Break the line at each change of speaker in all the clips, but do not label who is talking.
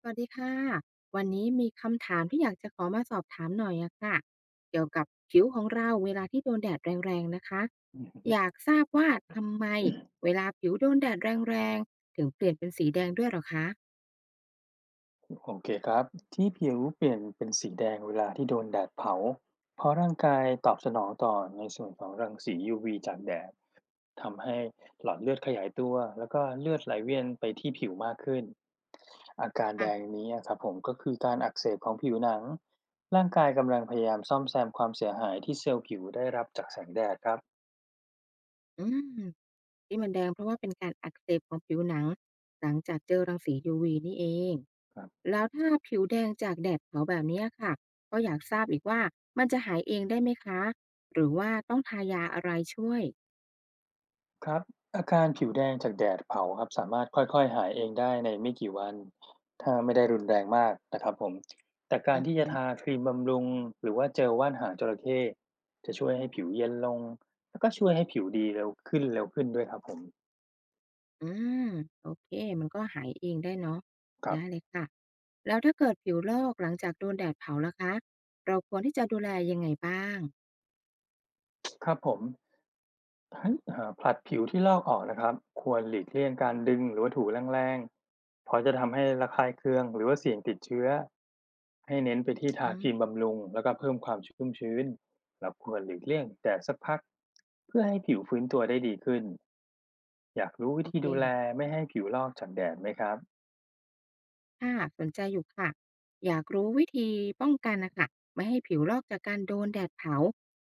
สวัสดีค่ะวันนี้มีคำถามที่อยากจะขอมาสอบถามหน่อยอะค่ะเกี่ยวกับผิวของเราเวลาที่โดนแดดแรงๆนะคะอยากทราบว่าทำไมเวลาผิวโดนแดดแรงๆถึงเปลี่ยนเป็นสีแดงด้วยเหรอคะ
โอเคครับที่ผิวเปลี่ยนเป็นสีแดงเวลาที่โดนแดดเผาเพราะร่างกายตอบสนองต่อในส่วนของรังสี UV จากแดดทำให้หลอดเลือดขยายตัวแล้วก็เลือดไหลเวียนไปที่ผิวมากขึ้นอาการแด
อ่ะ
งนี้อะครับผมก็คือการอักเสบของผิวหนังร่างกายกำลังพยายามซ่อมแซมความเสียหายที่เซลล์ผิวได้รับจากแสงแดดครับ
อืมที่มันแดงเพราะว่าเป็นการอักเสบของผิวหนังหลังจากเจอรังสี UV นี่เองแล้วถ้าผิวแดงจากแดดเผาแบบเนี้ยค่ะก็อยากทราบอีกว่ามันจะหายเองได้ไหมคะหรือว่าต้องทายาอะไรช่วย
ครับอาการผิวแดงจากแดดเผาครับสามารถค่อยๆหายเองได้ในไม่กี่วันถ้าไม่ได้รุนแรงมากนะครับผมแต่การ
อือ
ที่จะ
ฮึ
ทาครีมบำรุงหรือว่าเจลว่านหางจระเข้จะช่วยให้ผิวเย็นลงแล้วก็ช่วยให้ผิวดีเร็วขึ้นเร็วขึ้นด้วยครับผม
อาโอเคมันก็หายเองได้เนาะ
ครับ
ได้เลยค่ะแล้วถ้าเกิดผิวลอกหลังจากโดนแดดเผาล่ะคะเราควรที่จะดูแลยังไงบ้าง
ครับผม ถ้าผลัดผิวที่ลอกออกนะครับควรหลีกเลี่ยงการดึงหรือว่าถูแรงๆเพราะจะทำให้ระคายเคืองหรือว่าเสี่ยงติดเชื้อให้เน้นไปที่ทา
อื
ค
ม
รีมบำรุงแล้วก็เพิ่มความชุ่มชื้นเราควรหลีกเลี่ยงแดดสักพักเพื่อให้ผิวฟื้นตัวได้ดีขึ้นอยากรู้วิ
โอ
ธี
เค
ดูแลไม่ให้ผิวลอกจากแดดไหมครับ
ค่ะสนใจอยู่ค่ะอยากรู้วิธีป้องกันนะค่ะไม่ให้ผิวลอกจากการโดนแดดเผา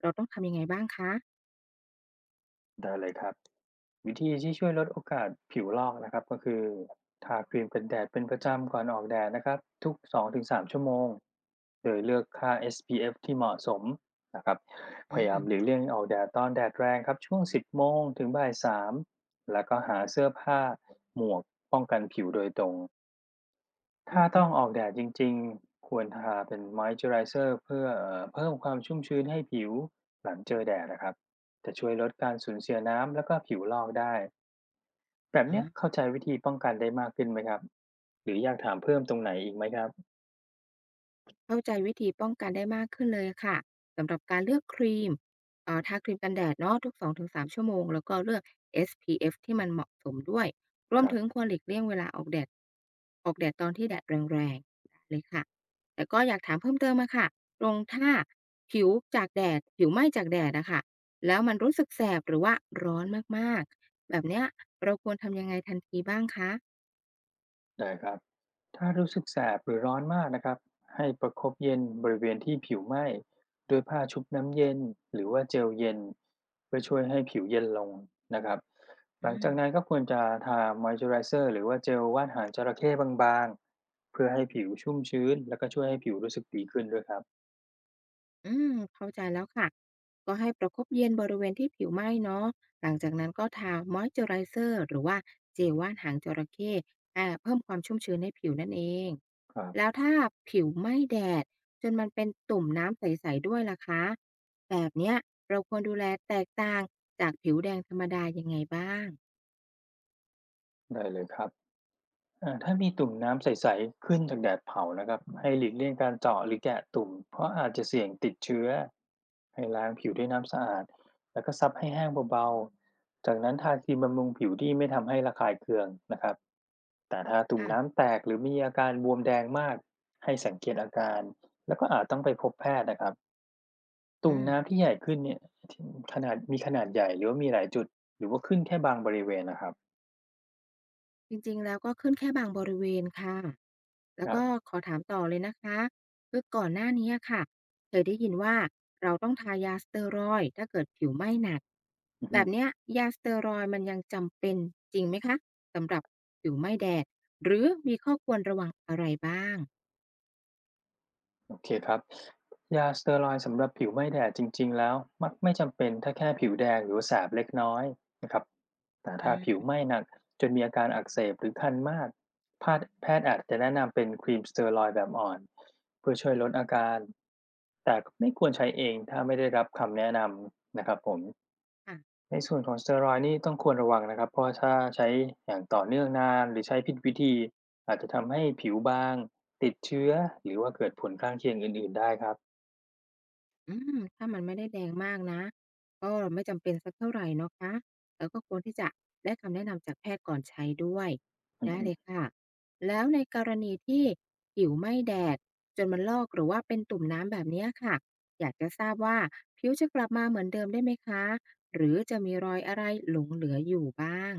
เราต้องทำยังไงบ้างคะ
ได้เลยครับวิธีที่ช่วยลดโอกาสผิวลอกนะครับก็คือทาครีมกันแดดเป็นประจำก่อนออกแดดนะครับทุก2-3ชั่วโมงโดยเลือกค่า SPF ที่เหมาะสมนะครับพ
อื
ยา
ม
ยามหลีกเลี่ยงออกแดดตอนแดดแรงครับช่วง10โมงถึงบ่าย3แล้วก็หาเสื้อผ้าหมวกป้องกันผิวโดยตรง
อื
ถ้า
มอฮึอ
ต้องออกแดดจริงๆ ควรทาเป็น Moisturizer เพื่อเพิ่มความชุ่มชื้นให้ผิวหลังเจอแดดนะครับจะช่วยลดการสูญเสียน้ำแล้วก็ผิวลอกได้ แบบเนี้ย
อ่า
เข้าใจวิธีป้องกันได้มากขึ้นไหมครับ หรืออยากถามเพิ่มตรงไหนอีกไหมครับ
เข้าใจวิธีป้องกันได้มากขึ้นเลยค่ะสำหรับการเลือกครีมทาครีมกันแดดเนาะทุก2-3ชั่วโมงแล้วก็เลือก SPF ที่มันเหมาะสมด้วยรว
ค
ม
รับ
ถึงควรหลีกเลี่ยงเวลาออกแดดออกแดดตอนที่แดดแรงๆได้เลยค่ะแต่ก็อยากถามเพิ่มเติมมาค่ะตรงถ้าผิวจากแดดผิวไหม้จากแดดอะค่ะแล้วมันรู้สึกแสบหรือว่าร้อนมากๆแบบเนี้ยเราควรทำยังไงทันทีบ้างคะ
ได้ครับถ้ารู้สึกแสบหรือร้อนมากนะครับให้ประคบเย็นบริเวณที่ผิวไหม้ด้วยผ้าชุบน้ำเย็นหรือว่าเจลเย็นเพื่อช่วยให้ผิวเย็นลงนะครับห
อื
ลัง
ม
จากนั้นก็ควรจะทามอยเจอไรเซอร์หรือว่าเจลว่านหางจระเข้บางๆเพื่อให้ผิวชุ่มชื้นแล้วก็ช่วยให้ผิวรู้สึกดีขึ้นด้วยครับ
อืมเข้าใจแล้วค่ะก็ให้ประคบเย็นบริเวณที่ผิวไหม้เนาะหลังจากนั้นก็ทา Moisturizer หรือว่าเจลว่านหางจระเข้อ่าเพิ่มความชุ่มชื้นให้ผิวนั่นเอง
ครั
แล้
บ
วถ้าผิวไหม้แดดจนมันเป็นตุ่มน้ำใสๆด้วยล่ะคะแบบเนี้ยเราควรดูแลแตกต่างจากผิวแดงธรรมดายังไงบ้าง
ได้เลยครับ ถ้ามีตุ่มน้ำใสๆขึ้นจากแดดเผานะครับให้หลีกเลี่ยงการเจาะหรือแกะตุ่มเพราะอาจจะเสี่ยงติดเชื้อให้ล้างผิวด้วยน้ำสะอาดแล้วก็ซับให้แห้งเบาๆจากนั้นทาครีมบำรุงผิวที่ไม่ทำให้ระคายเคืองนะครับแต่ถ้าตุ่ม
ค่ะ
น้ำแตกหรือมีอาการบวมแดงมากให้สังเกตอาการแล้วก็อาจต้องไปพบแพทย์นะครับตุ่ม
อื
น้ำ
ม
ที่ใหญ่ขึ้นเนี่ยที่ขนาดมีขนาดใหญ่หรือว่ามีหลายจุดหรือว่าขึ้นแค่บางบริเวณนะครับ
จริงๆแล้วก็ขึ้นแค่บางบริเวณค่ะ แล้
ค
ว
รั
ก็
บ
ขอถามต่อเลยนะคะคือก่อนหน้านี้ค่ะเคยได้ยินว่าเราต้องทายาสเตียรอยด์ถ้าเกิดผิวไหม้หนัก
อือ
แบ
ฮึ
บเนี้ยยาสเตียรอยด์มันยังจำเป็นจริงไหมคะสำหรับผิวไหม้แดดหรือมีข้อควรระวังอะไรบ้าง
โอเคครับยาสเตียรอยด์สำหรับผิวไม่แดดจริงๆแล้วมักไม่จำเป็นถ้าแค่ผิวแดงหรือว่าแสบเล็กน้อยนะครับแต่
อื
ถ้าผิวไห
ม
ม้หนักจนมีอาการอักเสบหรือคันมากแพทย์อาจจะแนะนำเป็นครีมสเตียรอยด์แบบอ่อนเพื่อช่วยลดอาการแต่ไม่ควรใช้เองถ้าไม่ได้รับคำแนะนำนะครับผม
ค่ะ
ในส่วนของสเตียรอยด์นี่ต้องควรระวังนะครับเพราะถ้าใช้อย่างต่อเนื่องนานหรือใช้ผิดวิธีอาจจะทำให้ผิวบางติดเชื้อหรือว่าเกิดผลข้างเคียงอื่นๆได้ครับ
อืมถ้ามันไม่ได้แดงมากนะก็ไม่จำเป็นสักเท่าไหร่นะคะแล้วก็ควรที่จะได้คำแนะนำจากแพทย์ก่อนใช้ด้วย
อือ
ได้
ฮึ
เลยค่ะแล้วในกรณีที่ผิวไม่แดดจนมันลอกหรือว่าเป็นตุ่มน้ำแบบเนี้ยค่ะอยากจะทราบว่าผิวจะกลับมาเหมือนเดิมได้ไหมคะหรือจะมีรอยอะไรหลงเหลืออยู่บ้าง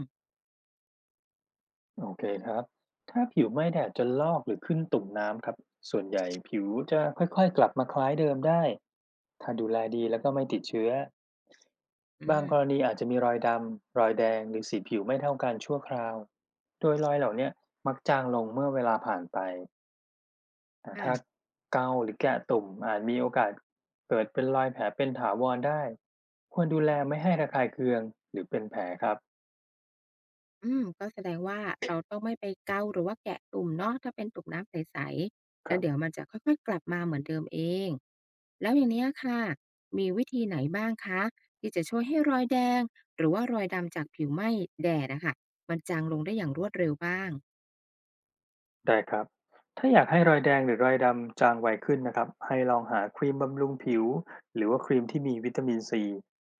โอเคครับถ้าผิวไหม้แดดจนลอกหรือขึ้นตุ่มน้ำครับส่วนใหญ่ผิวจะค่อยๆกลับมาคล้ายเดิมได้ถ้าดูแลดีแล้วก็ไม่ติดเชื้อ
อื
บาง
ม
กรณีอาจจะมีรอยดำรอยแดงหรือสีผิวไม่เท่ากันชั่วคราวโดยรอยเหล่าเนี้ยมักจางลงเมื่อเวลาผ่านไป ถ้า
ค่ะ
เกาหรือแกะตุ่มอาจมีโอกาสเกิดเป็นรอยแผลเป็นถาวรได้ควรดูแลไม่ให้ระคายเคืองหรือเป็นแผลครับ
อืมก็แสดงว่าเราต้องไม่ไปเกาหรือว่าแกะตุ่มเนาะถ้าเป็นตุ่มน้ำใสๆ
ค
แล้
รั
วเดี๋ยว
บ
มันจะค่อยๆกลับมาเหมือนเดิมเองแล้วอย่างเนี้ยค่ะมีวิธีไหนบ้างคะที่จะช่วยให้รอยแดงหรือว่ารอยดำจากผิวไหม้แดดอะค่ะมันจางลงได้อย่างรวดเร็วบ้าง
ได้ครับ ถ้าอยากให้รอยแดงหรือรอยดำจางไวขึ้นนะครับให้ลองหาครีมบำรุงผิวหรือว่าครีมที่มีวิตามินซี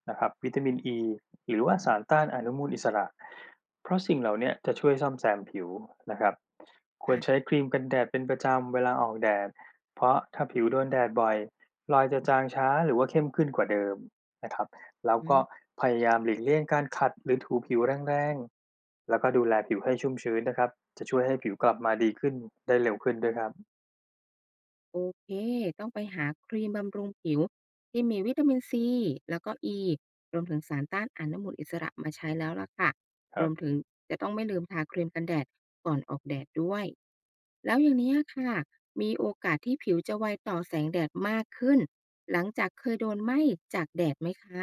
นะครับวิตามินอ e, ีหรือว่าสารต้านอนุมูลอิสระ เพราะสิ่งเหล่าเนี้ยจะช่วยซ่อมแซมผิวนะครับควร
ค่ะ
ใช้ครีมกันแดดเป็นประจำเวลาออกแดดเพราะถ้าผิวโดนแดดบ่อยรอยจะจางช้าหรือว่าเข้มขึ้นกว่าเดิมนะครับ แล้ว
อื
ก็
ม
พยายามหลีกเลี่ยงการขัดหรือถูผิวแรงๆ แล้วก็ดูแลผิวให้ชุ่มชื้นนะครับจะช่วยให้ผิวกลับมาดีขึ้นได้เร็วขึ้นด้วยครับ
โอเค ต้องไปหาครีมบำรุงผิวที่มีวิตามินซีแล้วก็ E รวมถึงสารต้านอนุมูลอิสระมาใช้แล้วล่ะค่ะ
ค
ร
รั
ว
บ
มถึงจะต้องไม่ลืมทาครีมกันแดดก่อนออกแดดด้วย แล้วอย่างนี้ยค่ะ มีโอกาสที่ผิวจะไวต่อแสงแดดมากขึ้นหลังจากเคยโดนไหม้จากแดดไหมคะ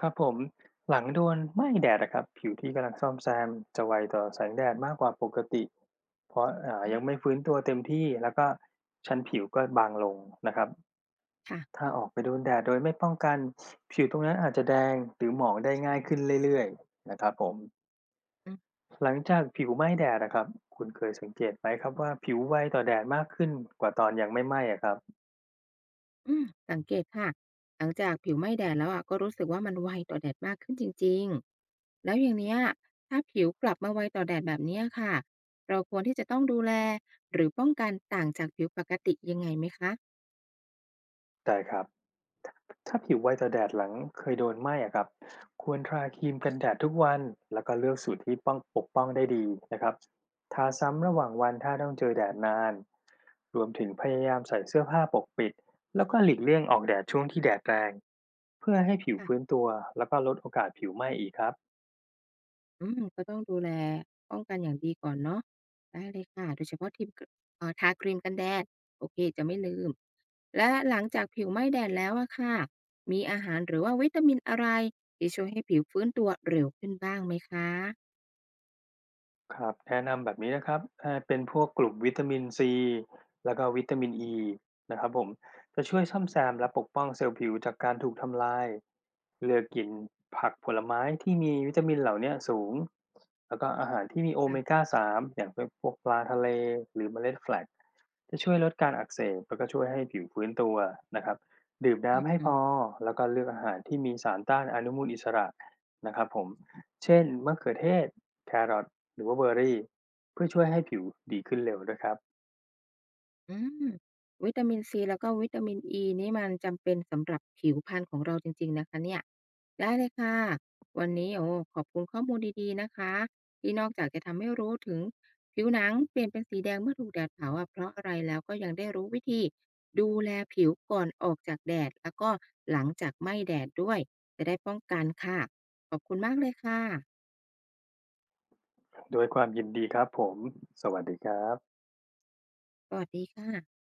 ครับผม หลังโดนไหม้แดดนะครับผิวที่กำลังซ่อมแซมจะไวต่อแสงแดดมากกว่าปกติ เพราะ
อืม
ยังไม่ฟื้นตัวเต็มที่แล้วก็ชั้นผิวก็บางลงนะครับ
ค่ะ
ถ้าออกไปโดนแดดโดยไม่ป้องกันผิวตรงนั้นอาจจะแดงหรือหมองได้ง่ายขึ้นเรื่อยๆนะครับผม หลังจากผิวไหม้แดดนะครับคุณเคยสังเกตไหมครับว่าผิวไวต่อแดดมากขึ้นกว่าตอนยังไม่ไหม้อะครับ
อืมสังเกตค่ะหลังจากผิวไหม้แดดแล้วอะก็รู้สึกว่ามันไวต่อแดดมากขึ้นจริงๆแล้วอย่างเนี้ยถ้าผิวกลับมาไวต่อแดดแบบเนี้ยค่ะเราควรที่จะต้องดูแลหรือป้องกันต่างจากผิวปกติยังไงไหมคะ
ใช่ครับถ้าผิวไวต่อแดดหลังเคยโดนไหม้อะครับควรทาครีมกันแดดทุกวันแล้วก็เลือกสูตรที่ป้องปกป้องได้ดีนะครับทาซ้ำระหว่างวันถ้าต้องเจอแดดนาน รวมถึงพยายามใส่เสื้อผ้าปกปิดแล้วก็หลีกเลี่ยงออกแดดช่วงที่แดดแรงเพื่อให้ผิวฟื้น
ค่ะ
ตัวแล้วก็ลดโอกาสผิวไหม้อีกครับ
อืมก็ต้องดูแลป้องกันอย่างดีก่อนเนาะได้เลยค่ะโดยเฉพาะทีมทาครีมกันแดดโอเคจะไม่ลืมและหลังจากผิวไหม้แดดแล้วอะค่ะมีอาหารหรือว่าวิตามินอะไรที่ช่วยให้ผิวฟื้นตัวเร็วขึ้นบ้างไหมคะ
ครับแนะนำแบบนี้นะครับเป็นพวกกลุ่มวิตามินซีแล้วก็วิตามินอีนะครับผมจะช่วยซ่อมแซมและปกป้องเซลล์ผิวจากการถูกทำลายเลือกกินผักผลไม้ที่มีวิตามินเหล่าเนี้ยสูงแล้วก็อาหารที่มีโอเม
ค่ะ
ก้า3อย่างเป็นพวกปลาทะเลหรือเมล็ดแฟลกจะช่วยลดการอักเสบแล้วก็ช่วยให้ผิวฟื้นตัวนะครับดื่ม
อือ
น้ำให้
ฮึ
พอแล้วก็เลือกอาหารที่มีสารต้านอนุมูลอิสระนะครับผมเช่นมะเขือเทศแครอท หรือว่าเบอร์รี่เพื่อช่วยให้ผิวดีขึ้นเร็วด้วยครับ
อืมวิตามินซีแล้วก็วิตามินอีนี่มันจำเป็นสำหรับผิวพรรณของเราจริงๆนะคะเนี่ยได้เลยค่ะ วันนี้โอ้ขอบคุณข้อมูลดีๆนะคะที่นอกจากจะทำให้รู้ถึงผิวหนังเปลี่ยนเป็นสีแดงเมื่อถูกแดดเผาอะเพราะอะไรแล้วก็ยังได้รู้วิธีดูแลผิวก่อนออกจากแดดแล้วก็หลังจากไม่แดดด้วยจะได้ป้องกันค่ะ ขอบคุณมากเลยค่ะ
ด้วยความยินดีครับผมสวัสดีครับ
สวัสดีค่ะ